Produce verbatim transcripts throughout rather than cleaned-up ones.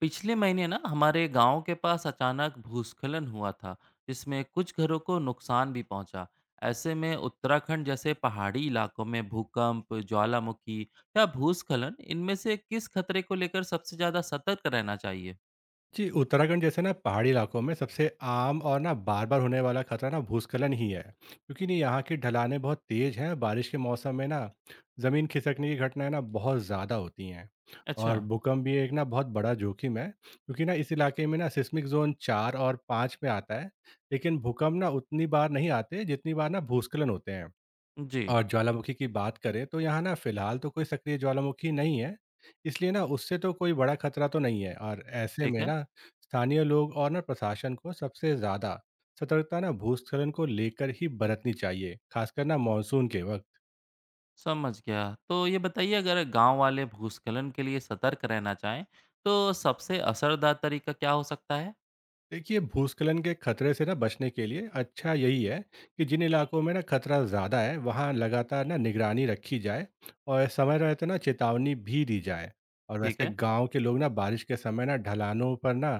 पिछले महीने ना हमारे गांव के पास अचानक भूस्खलन हुआ था, जिसमें कुछ घरों को नुकसान भी पहुंचा। ऐसे में उत्तराखंड जैसे पहाड़ी इलाकों में भूकंप, ज्वालामुखी या भूस्खलन, इनमें से किस खतरे को लेकर सबसे ज्यादा सतर्क रहना चाहिए? जी, उत्तराखंड जैसे ना पहाड़ी इलाकों में सबसे आम और ना बार-बार होने वाला खतरा ना भूस्खलन ही है, क्योंकि ना यहाँ की ढलानें बहुत तेज़ हैं, बारिश के मौसम में ना ज़मीन खिसकने की घटनाएँ ना बहुत ज़्यादा होती हैं। अच्छा। और भूकंप भी एक ना बहुत बड़ा जोखिम है, क्योंकि ना इस इलाके में ना सिस्मिक ज़ोन चार और पाँच में आता है, लेकिन भूकंप ना उतनी बार नहीं आते जितनी बार ना भूस्खलन होते हैं। जी। और ज्वालामुखी की बात करें तो यहाँ ना फिलहाल तो कोई सक्रिय ज्वालामुखी नहीं है, इसलिए ना उससे तो कोई बड़ा खतरा तो नहीं है। और ऐसे ठीक में है। ना स्थानीय लोग और ना प्रशासन को सबसे ज्यादा सतर्कता ना भूस्खलन को लेकर ही बरतनी चाहिए, खासकर ना मानसून के वक्त। समझ गया। तो ये बताइए, अगर गांव वाले भूस्खलन के लिए सतर्क रहना चाहें तो सबसे असरदार तरीका क्या हो सकता है? देखिए, भूस्खलन के खतरे से ना बचने के लिए अच्छा यही है कि जिन इलाकों में ना खतरा ज़्यादा है वहाँ लगातार ना निगरानी रखी जाए और समय रहते ना चेतावनी भी दी जाए। और ठीक वैसे है। गांव के लोग ना बारिश के समय ना ढलानों पर ना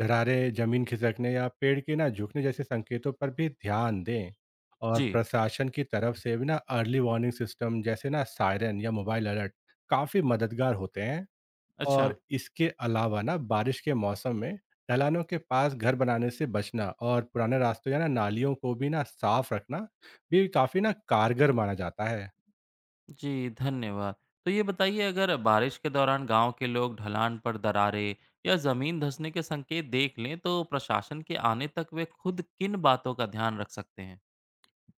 ढरारे, जमीन खिसकने या पेड़ के ना झुकने जैसे संकेतों पर भी ध्यान दें। और जी। प्रशासन की तरफ से भी ना अर्ली वार्निंग सिस्टम जैसे ना सायरन या मोबाइल अलर्ट काफ़ी मददगार होते हैं। अच्छा। और इसके अलावा ना बारिश के मौसम में ढलानों के पास घर बनाने से बचना, और पुराने रास्तों या ना नालियों को भी ना साफ रखना भी काफ़ी ना कारगर माना जाता है। जी, धन्यवाद। तो ये बताइए, अगर बारिश के दौरान गाँव के लोग ढलान पर दरारें या ज़मीन धँसने के संकेत देख लें तो प्रशासन के आने तक वे खुद किन बातों का ध्यान रख सकते हैं?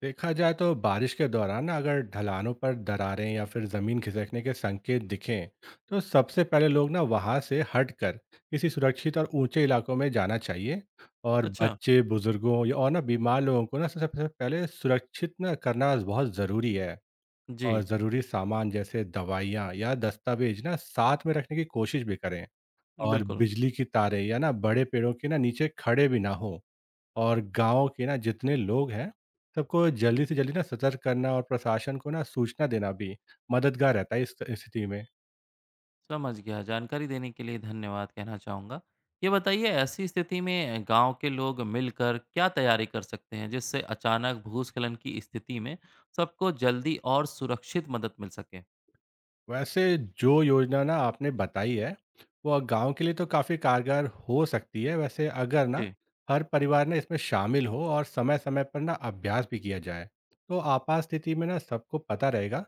देखा जाए तो बारिश के दौरान ना अगर ढलानों पर दरारें या फिर ज़मीन खिसकने के संकेत दिखें, तो सबसे पहले लोग ना वहाँ से हटकर किसी सुरक्षित और ऊंचे इलाकों में जाना चाहिए। और अच्छा। बच्चे, बुजुर्गों या और ना बीमार लोगों को ना सबसे सबसे पहले सुरक्षित ना करना बहुत ज़रूरी है। और जी, ज़रूरी सामान जैसे दवाइयाँ या दस्तावेज ना साथ में रखने की कोशिश भी करें, और बिल्कुल। बिजली की तारें या ना बड़े पेड़ों के ना नीचे खड़े भी ना हो। और गांव के ना जितने लोग हैं, सबको जल्दी से जल्दी ना सतर्क करना और प्रशासन को ना सूचना देना भी मददगार रहता है इस स्थिति में। समझ गया, जानकारी देने के लिए धन्यवाद कहना चाहूँगा। ये बताइए, ऐसी स्थिति में गाँव के लोग मिलकर क्या तैयारी कर सकते हैं जिससे अचानक भूस्खलन की स्थिति में सबको जल्दी और सुरक्षित मदद मिल सके? वैसे जो योजना ना आपने बताई है, वो गांव के लिए तो काफ़ी कारगर हो सकती है। वैसे अगर ना जी, हर परिवार ना इसमें शामिल हो और समय समय पर ना अभ्यास भी किया जाए, तो आपात स्थिति में ना सबको पता रहेगा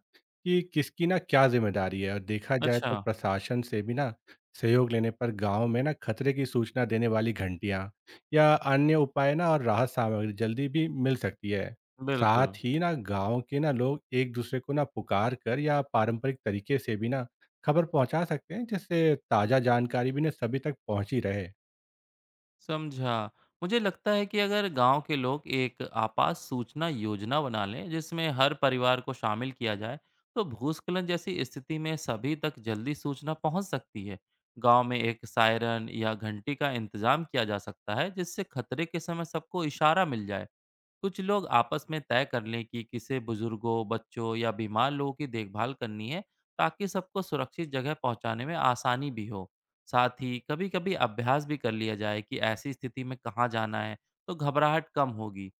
कि किसकी ना क्या जिम्मेदारी है। और देखा जाए अच्छा, तो प्रशासन से भी ना सहयोग लेने पर गांव में ना खतरे की सूचना देने वाली घंटियां या अन्य उपाय ना और राहत सामग्री जल्दी भी मिल सकती है। बिल्कुल। साथ ही ना गांव के ना लोग एक दूसरे को ना पुकार कर या पारंपरिक तरीके से भी ना खबर पहुंचा सकते हैं, जिससे ताजा जानकारी भी ना सभी तक पहुंची रहे। समझा। मुझे लगता है कि अगर गांव के लोग एक आपात सूचना योजना बना लें, जिसमें हर परिवार को शामिल किया जाए, तो भूस्खलन जैसी स्थिति में सभी तक जल्दी सूचना पहुंच सकती है। गांव में एक सायरन या घंटी का इंतजाम किया जा सकता है, जिससे खतरे के समय सबको इशारा मिल जाए। कुछ लोग आपस में तय कर लें कि किसे बुजुर्गों, बच्चों या बीमार लोगों की देखभाल करनी है, ताकि सबको सुरक्षित जगह पहुंचाने में आसानी भी हो। साथ ही कभी-कभी अभ्यास भी कर लिया जाए कि ऐसी स्थिति में कहाँ जाना है, तो घबराहट कम होगी।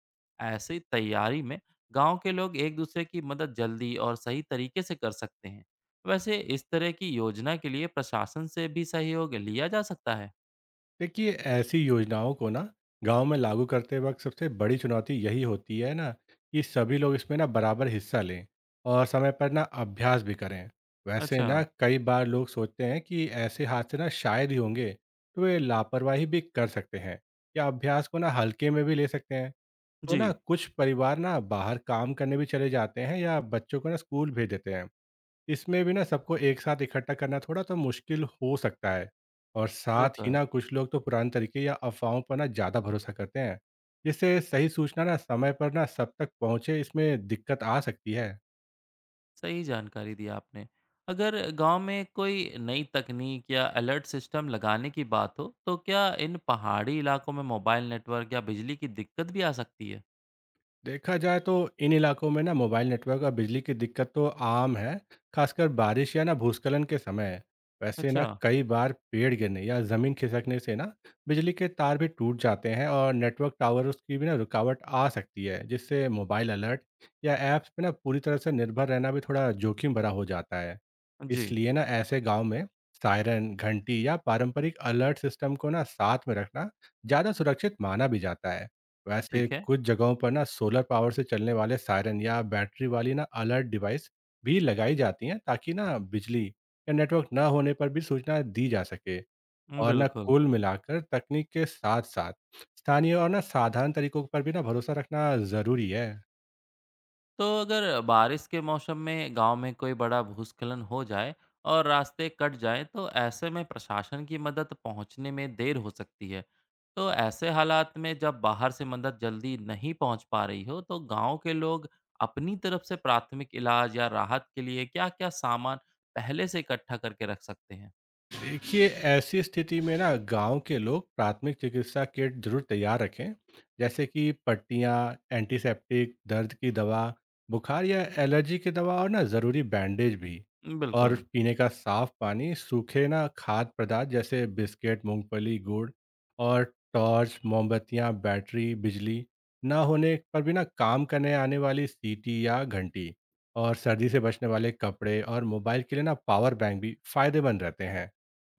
ऐसी तैयारी में गांव के लोग एक दूसरे की मदद जल्दी और सही तरीके से कर सकते हैं। वैसे इस तरह की योजना के लिए प्रशासन से भी सहयोग लिया जा सकता है। देखिए, ऐसी योजनाओं को ना गांव में लागू करते वक्त सबसे बड़ी चुनौती यही होती है ना कि सभी लोग इसमें ना बराबर हिस्सा लें और समय पर ना अभ्यास भी करें। वैसे अच्छा, ना कई बार लोग सोचते हैं कि ऐसे हादसे ना शायद ही होंगे, तो वे लापरवाही भी कर सकते हैं या अभ्यास को ना हल्के में भी ले सकते हैं। तो ना जी, कुछ परिवार ना बाहर काम करने भी चले जाते हैं या बच्चों को ना स्कूल भेज देते हैं, इसमें भी ना सबको एक साथ इकट्ठा करना थोड़ा तो मुश्किल हो सकता है। और वो साथ तो ही है। ना कुछ लोग तो पुराने तरीके या अफवाहों पर ना ज़्यादा भरोसा करते हैं, जिससे सही सूचना ना समय पर ना सब तक पहुंचे इसमें दिक्कत आ सकती है। सही जानकारी दी आपने। अगर गांव में कोई नई तकनीक या अलर्ट सिस्टम लगाने की बात हो, तो क्या इन पहाड़ी इलाकों में मोबाइल नेटवर्क या बिजली की दिक्कत भी आ सकती है? देखा जाए तो इन इलाकों में ना मोबाइल नेटवर्क और बिजली की दिक्कत तो आम है, खासकर बारिश या ना भूस्खलन के समय। वैसे ना अच्छा, कई बार पेड़ गिरने या जमीन खिसकने से ना बिजली के तार भी टूट जाते हैं, और नेटवर्क टावर उसकी भी ना रुकावट आ सकती है, जिससे मोबाइल अलर्ट या ऐप्स पे ना पूरी तरह से निर्भर रहना भी थोड़ा जोखिम भरा हो जाता है। जी, इसलिए ना ऐसे गांव में सायरन, घंटी या पारंपरिक अलर्ट सिस्टम को ना साथ में रखना ज़्यादा सुरक्षित माना भी जाता है। वैसे ठीक है। कुछ जगहों पर ना सोलर पावर से चलने वाले सायरन या बैटरी वाली ना अलर्ट डिवाइस भी लगाई जाती हैं, ताकि ना बिजली या नेटवर्क ना होने पर भी सूचना दी जा सके। उम, और ना बिल्कुल। कुल मिलाकर तकनीक के साथ साथ स्थानीय और ना साधारण तरीकों पर भी ना भरोसा रखना ज़रूरी है। तो अगर बारिश के मौसम में गांव में कोई बड़ा भूस्खलन हो जाए और रास्ते कट जाएं तो ऐसे में प्रशासन की मदद पहुंचने में देर हो सकती है। तो ऐसे हालात में जब बाहर से मदद जल्दी नहीं पहुंच पा रही हो, तो गांव के लोग अपनी तरफ से प्राथमिक इलाज या राहत के लिए क्या-क्या सामान पहले से इकट्ठा करके रख सकते हैं? देखिए, ऐसी स्थिति में ना गांव के लोग प्राथमिक चिकित्सा किट जरूर तैयार रखें, जैसे कि पट्टियाँ, एंटीसेप्टिक, दर्द की दवा, बुखार या एलर्जी की दवा और ना ज़रूरी बैंडेज भी। और बिल्कुल। पीने का साफ पानी, सूखे ना खाद्य पदार्थ जैसे बिस्किट, मूंगफली, गुड़, और टॉर्च, मोमबत्तियाँ, बैटरी, बिजली ना होने पर भी ना काम करने आने वाली सीटी या घंटी, और सर्दी से बचने वाले कपड़े और मोबाइल के लिए ना पावर बैंक भी फायदेमंद रहते हैं।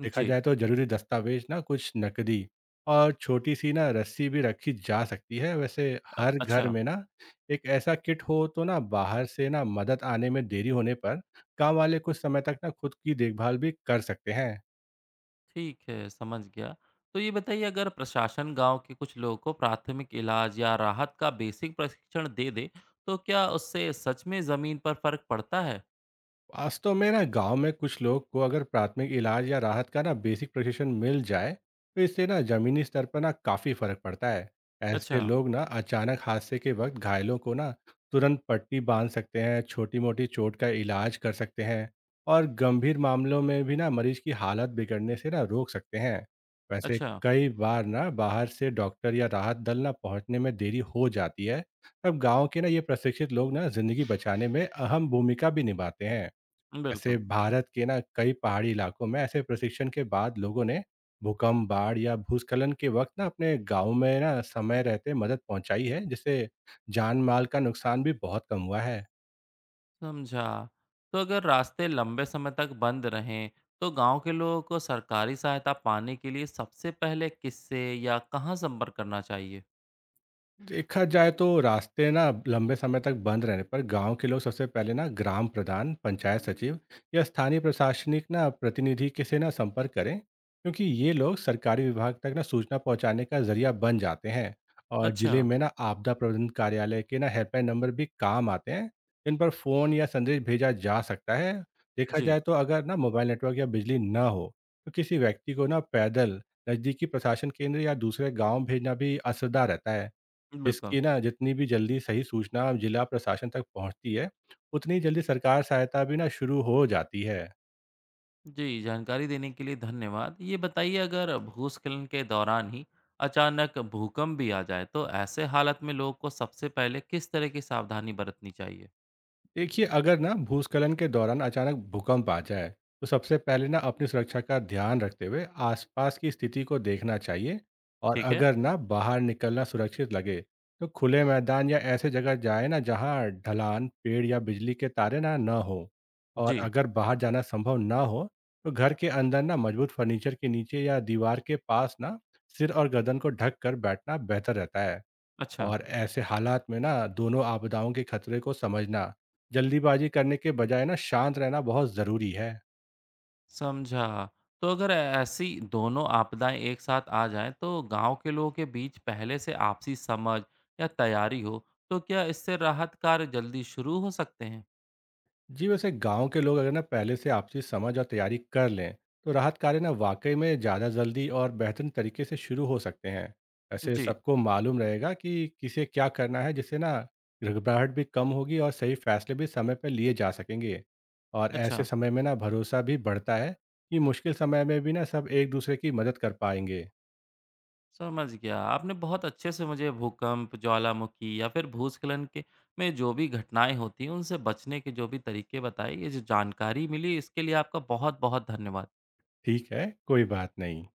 देखा जी। जाए तो ज़रूरी दस्तावेज़, ना कुछ नकदी और छोटी सी ना रस्सी भी रखी जा सकती है। वैसे अ- हर घर अच्छा। में ना एक ऐसा किट हो तो ना बाहर से ना मदद आने में देरी होने पर गांव वाले कुछ समय तक ना खुद की देखभाल भी कर सकते हैं। ठीक है, समझ गया। तो ये बताइए, अगर प्रशासन गाँव के कुछ लोगों को प्राथमिक इलाज या राहत का बेसिक प्रशिक्षण दे दे, तो क्या उससे सच में ज़मीन पर फ़र्क पड़ता है? वास्तव में ना गांव में कुछ लोग को अगर प्राथमिक इलाज या राहत का ना बेसिक प्रशिक्षण मिल जाए, तो इससे ना जमीनी स्तर पर ना काफी फर्क पड़ता है। ऐसे अच्छा, लोग ना अचानक हादसे के वक्त घायलों को ना तुरंत पट्टी बांध सकते हैं, छोटी मोटी चोट का इलाज कर सकते हैं और गंभीर मामलों में भी ना मरीज की हालत बिगड़ने से ना रोक सकते हैं। वैसे अच्छा, कई बार ना बाहर से डॉक्टर या राहत दल ना पहुंचने में देरी हो जाती है, तब गांव के ना ये प्रशिक्षित लोग ना जिंदगी बचाने में अहम भूमिका भी निभाते हैं। ऐसे बिल्कुल, भारत के ना कई पहाड़ी इलाकों में ऐसे प्रशिक्षण के बाद लोगों ने भूकंप, बाढ़ या भूस्खलन के वक्त ना अपने गांव में ना समय रहते मदद पहुंचाई है, जिससे जान माल का नुकसान भी बहुत कम हुआ है। समझा। तो अगर रास्ते लंबे समय तक बंद रहें, तो गाँव के लोगों को सरकारी सहायता पाने के लिए सबसे पहले किससे या कहाँ संपर्क करना चाहिए? देखा जाए तो रास्ते ना लंबे समय तक बंद रहने पर गांव के लोग सबसे पहले ना ग्राम प्रधान, पंचायत सचिव या स्थानीय प्रशासनिक ना प्रतिनिधि के से ना संपर्क करें, क्योंकि ये लोग सरकारी विभाग तक ना सूचना पहुंचाने का जरिया बन जाते हैं। और अच्छा, जिले में ना आपदा प्रबंधन कार्यालय के ना हेल्पलाइन नंबर भी काम आते हैं, इन पर फोन या संदेश भेजा जा सकता है। देखा जी, जाए तो अगर ना मोबाइल नेटवर्क या बिजली ना हो, तो किसी व्यक्ति को ना पैदल नज़दीकी प्रशासन केंद्र या दूसरे गांव भेजना भी असरदार रहता है। बिल्कुल। जिसकी ना जितनी भी जल्दी सही सूचना जिला प्रशासन तक पहुँचती है, उतनी जल्दी सरकार सहायता भी ना शुरू हो जाती है। जी, जानकारी देने के लिए धन्यवाद। ये बताइए, अगर भूस्खलन के दौरान ही अचानक भूकंप भी आ जाए तो ऐसे हालत में लोगों को सबसे पहले किस तरह की सावधानी बरतनी चाहिए? देखिए, अगर ना भूस्खलन के दौरान अचानक भूकंप आ जाए, तो सबसे पहले ना अपनी सुरक्षा का ध्यान रखते हुए आसपास की स्थिति को देखना चाहिए। और ठीक है? अगर ना बाहर निकलना सुरक्षित लगे, तो खुले मैदान या ऐसे जगह जाए ना जहाँ ढलान, पेड़ या बिजली के तारे ना ना हो। और जी, अगर बाहर जाना संभव ना हो, तो घर के अंदर ना मजबूत फर्नीचर के नीचे या दीवार के पास ना सिर और गर्दन को ढक कर बैठना बेहतर रहता है। अच्छा, और ऐसे हालात में ना दोनों आपदाओं के खतरे को समझना, जल्दीबाजी करने के बजाय ना शांत रहना बहुत ज़रूरी है। समझा। तो अगर ऐसी दोनों आपदाएँ एक साथ आ जाएँ, तो गाँव के लोगों के बीच पहले से आपसी समझ या तैयारी हो तो क्या इससे राहत कार्य जल्दी शुरू हो सकते हैं? जी, वैसे गांव के लोग अगर ना पहले से आपसी समझ और तैयारी कर लें, तो राहत कार्य ना वाकई में ज़्यादा जल्दी और बेहतर तरीके से शुरू हो सकते हैं। ऐसे जी, सबको मालूम रहेगा कि किसे क्या करना है, जिससे ना घबराहट भी कम होगी और सही फैसले भी समय पर लिए जा सकेंगे। और ऐसे अच्छा। समय में ना भरोसा भी बढ़ता है कि मुश्किल समय में भी ना सब एक दूसरे की मदद कर पाएंगे। समझ गया, आपने बहुत अच्छे से मुझे भूकंप, ज्वालामुखी या फिर भूस्खलन के में जो भी घटनाएं होती हैं उनसे बचने के जो भी तरीके बताए, ये जो जानकारी मिली, इसके लिए आपका बहुत बहुत धन्यवाद। ठीक है, कोई बात नहीं।